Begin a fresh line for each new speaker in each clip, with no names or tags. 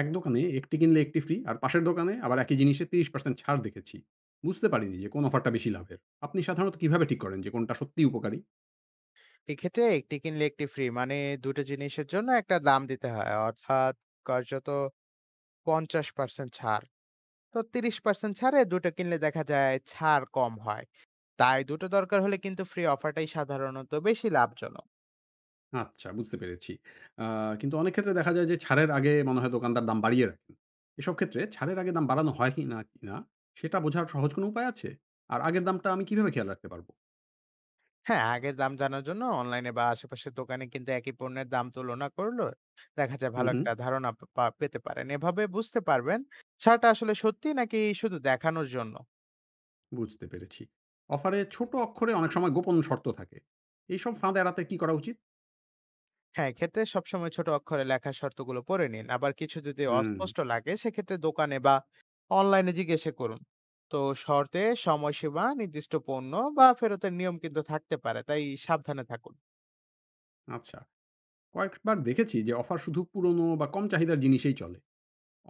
এক দোকানে ১ টি কিনলে ১ টি ফ্রি আর পাশের দোকানে আবার একই জিনিসে ৩০% ছাড় দেখেছি। বুঝতে পারিনি যে কোন অফারটা বেশি লাভের। আপনি সাধারণত কিভাবে ঠিক করেন যে কোনটা সত্যিই উপকারী?
এক্ষেত্রে একটি কিনলে একটি ফ্রি মানে দুটো জিনিসের জন্য একটা দাম দিতে হয়, অর্থাৎ কার্যত 50% ছাড়। তো 30% ছাড়ে দুটো কিনলে দেখা যায় ছাড় কম হয়, তাই দুটো দরকার হলে কিন্তু ফ্রি অফারটাই সাধারণত বেশি লাভজনক।
আচ্ছা, বুঝতে পেরেছি। আ কিন্তু অনেক ক্ষেত্রে দেখা যায় যে ছাড়ের আগে মনে হয় দোকানদার দাম বাড়িয়ে রাখেন। এসব ক্ষেত্রে ছাড়ের আগে দাম বাড়ানো হয় কিনা সেটা বোঝার সহজ কোনো উপায় আছে? আর আগের দামটা আমি কিভাবে খেয়াল রাখতে পারবো?
হ্যাঁ, আগের দাম জানার জন্য অনলাইনে বা আশেপাশের দোকানে কিন্তু একই পণ্যের দাম তুলনা করলো দেখা যায়
হুম,
ভালো
হুম,
একটা ধারণা পেতে পারেন। এভাবে বুঝতে পারবেন ছাড়টা আসলে সত্যি নাকি শুধু দেখানোর জন্য।
বুঝতে পেরেছি। অফারে ছোট অক্ষরে অনেক সময় গোপন শর্ত থাকে। এইসব ফাঁদ এড়াতে কি করা উচিত?
হ্যাঁ, এক্ষেত্রে সবসময় ছোট অক্ষরে লেখার শর্তগুলো পড়ে নিন। আবার কিছু যদি
হুম,
অস্পষ্ট লাগে সেক্ষেত্রে দোকানে বা অনলাইনে জিজ্ঞাসা করুন। তো শর্তে সময়সীমা, নির্দিষ্ট পণ্য বা ফেরতের নিয়ম কিন্তু থাকতে পারে, তাই সাবধানে থাকুন।
আচ্ছা। কয়েকবার দেখেছি যে অফার শুধু পুরনো বা কম চাহিদার জিনিসেই চলে।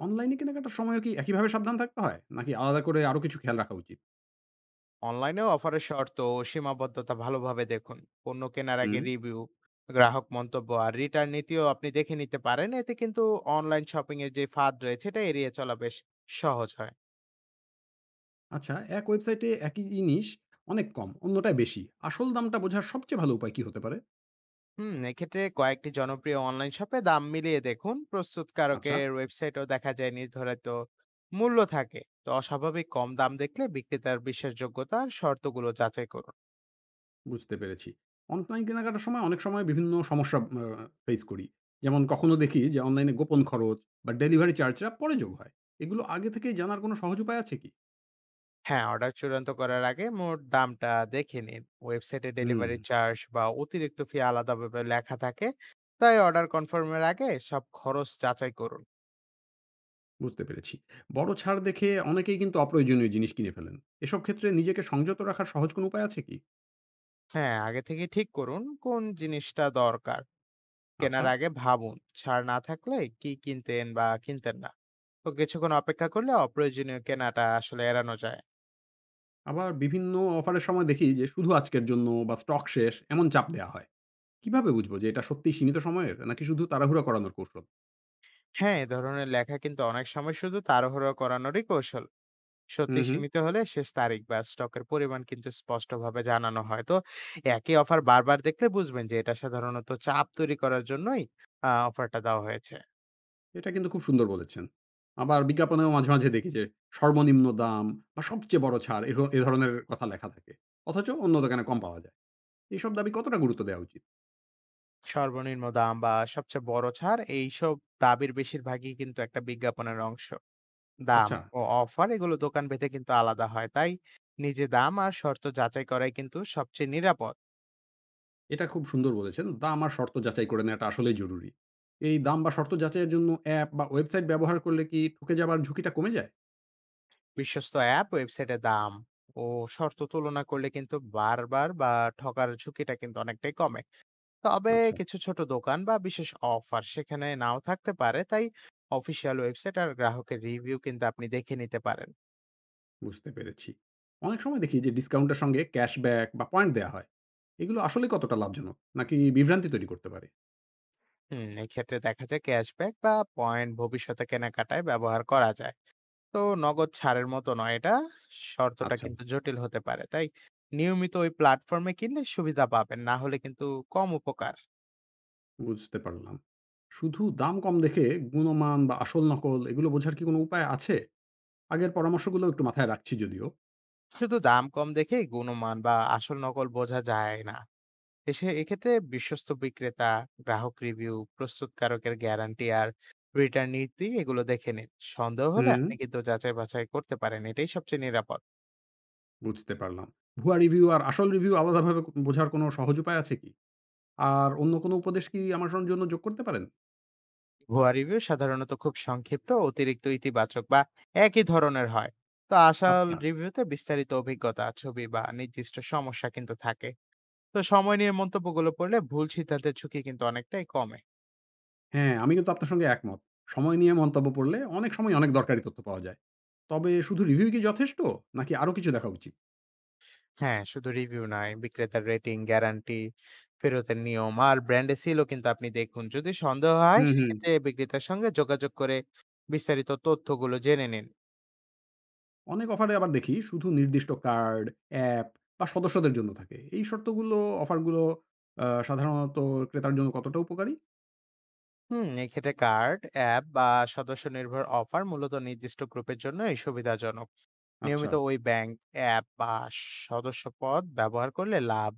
অনলাইনে কেনাকাটার সময় কি একইভাবে সাবধান থাকতে হয়, নাকি আলাদা করে আরো কিছু খেয়াল রাখা উচিত?
অনলাইনেও অফারের শর্ত ও সীমাবদ্ধতা ভালোভাবে দেখুন। পণ্য কেনার আগে
হুম,
রিভিউ, গ্রাহক মন্তব্য আর রিটার্ন নীতিও আপনি দেখে নিতে পারেন। এতে কিন্তু অনলাইন শপিং এর যে ফাঁদ রয়েছে এটা এড়িয়ে চলা বেশ সহজ হয়।
আচ্ছা। এক ওয়েবসাইটে একই জিনিস অনেক কম, অন্যটায় বেশি। আসল দামটা বোঝার সবচেয়ে ভালো উপায় কি হতে পারে?
হুম, এক্ষেত্রে কয়েকটি জনপ্রিয় অনলাইন শপে দাম মিলিয়ে দেখুন।
আচ্ছা,
প্রস্তুতকারকের ওয়েবসাইটও দেখা যায় নির্ধারিত মূল্য থাকে, তো অস্বাভাবিক কম দাম দেখলে বিক্রেতার বিশ্বাসযোগ্যতার শর্তগুলো যাচাই করুন।
বুঝতে পেরেছি। অনলাইন কেনাকাটার সময় অনেক সময় বিভিন্ন সমস্যা ফেস করি। যেমন কখনো দেখি যে অনলাইনে গোপন খরচ বা ডেলিভারি চার্জটা পরে যোগ হয়। এগুলো আগে থেকে জানার কোনো সহজ উপায় আছে কি?
হ্যাঁ, অর্ডার চূড়ান্ত করার আগে মোট দামটা দেখে নিন। ওয়েবসাইটে
হুম,
ডেলিভারি চার্জ বা অতিরিক্ত ফি আলাদাভাবে লেখা থাকে, তাই অর্ডার কনফার্মের আগে সব খরচ যাচাই করুন।
বুঝতে পেরেছি। বড় ছাড় দেখে অনেকেই কিন্তু অপ্রয়োজনীয় জিনিস কিনে ফেলেন। এসব ক্ষেত্রে নিজেকে সংযত রাখার সহজ কোনো উপায় আছে কি?
হ্যাঁ, আগে থেকে ঠিক করুন কোন জিনিসটা দরকার।
আচ্ছা।
কেনার আগে ভাবুন, ছাড় না থাকলে কি কিনতেন বা কিনতেন না। তো কিছুক্ষণ অপেক্ষা করলে অপ্রয়োজনীয় কেনাটা আসলে এড়ানো যায়।
আবার বিভিন্ন অফারের সময় দেখি যে শুধু আজকের জন্য বা স্টক শেষ এমন চাপ দেওয়া হয়। কিভাবে বুঝবো যে এটা সত্যিই সীমিত সময়ের নাকি শুধু তাড়াহুড়া করানোর কৌশল?
হ্যাঁ, এ ধরনের লেখা কিন্তু অনেক সময় শুধু তাড়াহুড়ো করানোরই কৌশল।
হুম,
সত্যি
হুম।
সীমিত হলে শেষ তারিখ বা স্টকের পরিমাণ কিন্তু স্পষ্টভাবে জানানো হয়। তো একই অফার বারবার দেখলে বুঝবেন যে এটা সাধারণত চাপ তৈরি করার জন্যই অফারটা দেওয়া হয়েছে।
এটা কিন্তু খুব সুন্দর বলেছেন। আবার বিজ্ঞাপনেও মাঝে, মাঝে দেখি যে সর্বনিম্ন দাম বা সবচেয়ে বড় ছাড় এ ধরনের কথা লেখা থাকে। অথচ অন্য দোকানে কম পাওয়া যায়। এসব দাবি কতটা গুরুত্ব দেওয়া উচিত?
সর্বনিম্ন দাম বা সবচেয়ে বড় ছাড়, এইসব দাবির বেশিরভাগই কিন্তু একটা বিজ্ঞাপনের অংশ। দাম
আচ্ছা।
ও অফার এগুলো দোকান ভেদে কিন্তু আলাদা হয়, তাই নিজে দাম আর শর্ত যাচাই করাই কিন্তু সবচেয়ে নিরাপদ।
এটা খুব সুন্দর বলেছেন। দাম আর শর্ত যাচাই করে নেওয়াটা আসলেই জরুরি। এই দাম বা শর্ত যাচাইয়ের জন্য অ্যাপ বা ওয়েবসাইট ব্যবহার করলে কি ঠকে যাবার ঝুঁকিটা কমে যায়?
বিশ্বস্ত অ্যাপ ওয়েবসাইটে দাম ও শর্ত তুলনা করলে কিন্তু বারবার বা ঠকার ঝুঁকিটা কিন্তু অনেকটাই কমে। তবে
আচ্ছা,
কিছু ছোট দোকান বা বিশেষ অফার সেখানে নাও থাকতে পারে, তাই অফিসিয়াল ওয়েবসাইট আর গ্রাহকের রিভিউ কিন্তু আপনি দেখে নিতে পারেন।
বুঝতে পেরেছি। অনেক সময় দেখি যে ডিসকাউন্টের সঙ্গে ক্যাশব্যাক বা পয়েন্ট দেয়া হয়। এগুলো আসলে কতটা লাভজনক? নাকি বিভ্রান্তি তৈরি করতে পারে?
হুম, এক্ষেত্রে দেখা যায় ক্যাশব্যাক বা পয়েন্ট ভবিষ্যতে কেনাকাটায় ব্যবহার করা যায়, তো নগদ ছাড়ের মতো নয় এটা। শর্তটা
আচ্ছা,
কিন্তু জটিল হতে পারে। তাই নিয়মিত ওই প্ল্যাটফর্মে কিনলে সুবিধা পাবেন। না হলে কিন্তু কম উপকার।
বুঝতে পারলাম। শুধু দাম কম দেখে গুণমান বা আসল নকল এগুলো বোঝার কি কোনো উপায় আছে? আগের পরামর্শগুলো একটু মাথায় রাখছি যদিও।
শুধু দাম কম দেখেই গুণমান বা আসল নকল বোঝা যায় না। এসে এক্ষেত্রে বিশ্বস্ত বিক্রেতা, গ্রাহক রিভিউ, প্রস্তুতকারকের গ্যারান্টি আর রিটার্ন নীতি, এগুলো দেখে নিন। সন্দেহ হলে
হুম,
আপনি কিন্তু যাচাই বাছাই করতে পারেন। এটাই সবচেয়ে নিরাপদ।
বুঝতে পারলাম। ভুয়া রিভিউ আর আসল রিভিউ আলাদাভাবে বোঝার কোনো সহজ উপায় আছে কি? আর অন্য কোনো উপদেশ কি আমার জন্য যোগ করতে পারেন?
ভুয়া রিভিউ সাধারণত খুব সংক্ষিপ্ত, অতিরিক্ত ইতিবাচক বা একই ধরনের হয়। তো আসল
আচ্ছা।
রিভিউতে বিস্তারিত অভিজ্ঞতা, ছবি বা নির্দিষ্ট সমস্যা কিন্তু থাকে। তো সময় নিয়ে মন্তব্যগুলো পড়লে ভুল সিদ্ধান্তের ঝুঁকি কিন্তু অনেকটাই কমে।
হ্যাঁ, আমি কিন্তু আপনার সঙ্গে একমত। সময় নিয়ে মন্তব্য পড়লে অনেক সময় অনেক দরকারি তথ্য পাওয়া যায়। তবে শুধু রিভিউ কি যথেষ্ট? নাকি আরও কিছু দেখা উচিত?
হ্যাঁ, শুধু রিভিউ নয়, বিক্রেতার রেটিং, গ্যারান্টি, ফেরতের নিয়ম আর ব্র্যান্ডে সিলও কিন্তু আপনি দেখুন। যদি সন্দেহ হয়
হুম, হুম।
সেক্ষেত্রে বিক্রেতার সঙ্গে যোগাযোগ করে বিস্তারিত তথ্যগুলো জেনে নিন।
অনেক অফারে আবার দেখি শুধু নির্দিষ্ট কার্ড, অ্যাপ বা সদস্যদের জন্য থাকে। এই শর্তগুলো অফারগুলো সাধারণত ক্রেতার জন্য কতটা উপকারী?
হুম, এক্ষেত্রে কার্ড, অ্যাপ বা সদস্য নির্ভর অফার মূলত নির্দিষ্ট গ্রুপের জন্য এই সুবিধাজনক।
আচ্ছা,
নিয়মিত ওই ব্যাংক, অ্যাপ বা সদস্যপদ ব্যবহার করলে লাভ,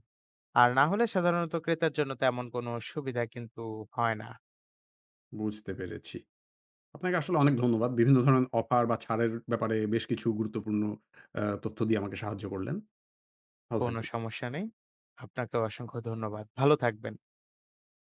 আর না হলে সাধারণত ক্রেতার জন্য তেমন কোনো সুবিধা কিন্তু হয় না।
বুঝতে পেরেছি। আপনাকে আসলে অনেক ধন্যবাদ। বিভিন্ন ধরনের অফার বা ছাড়ের ব্যাপারে বেশ কিছু গুরুত্বপূর্ণ তথ্য দিয়ে আমাকে সাহায্য করলেন। ভালো
কোনো
থাকবেন।
সমস্যা নেই। আপনাকে অসংখ্য ধন্যবাদ, ভালো থাকবেন।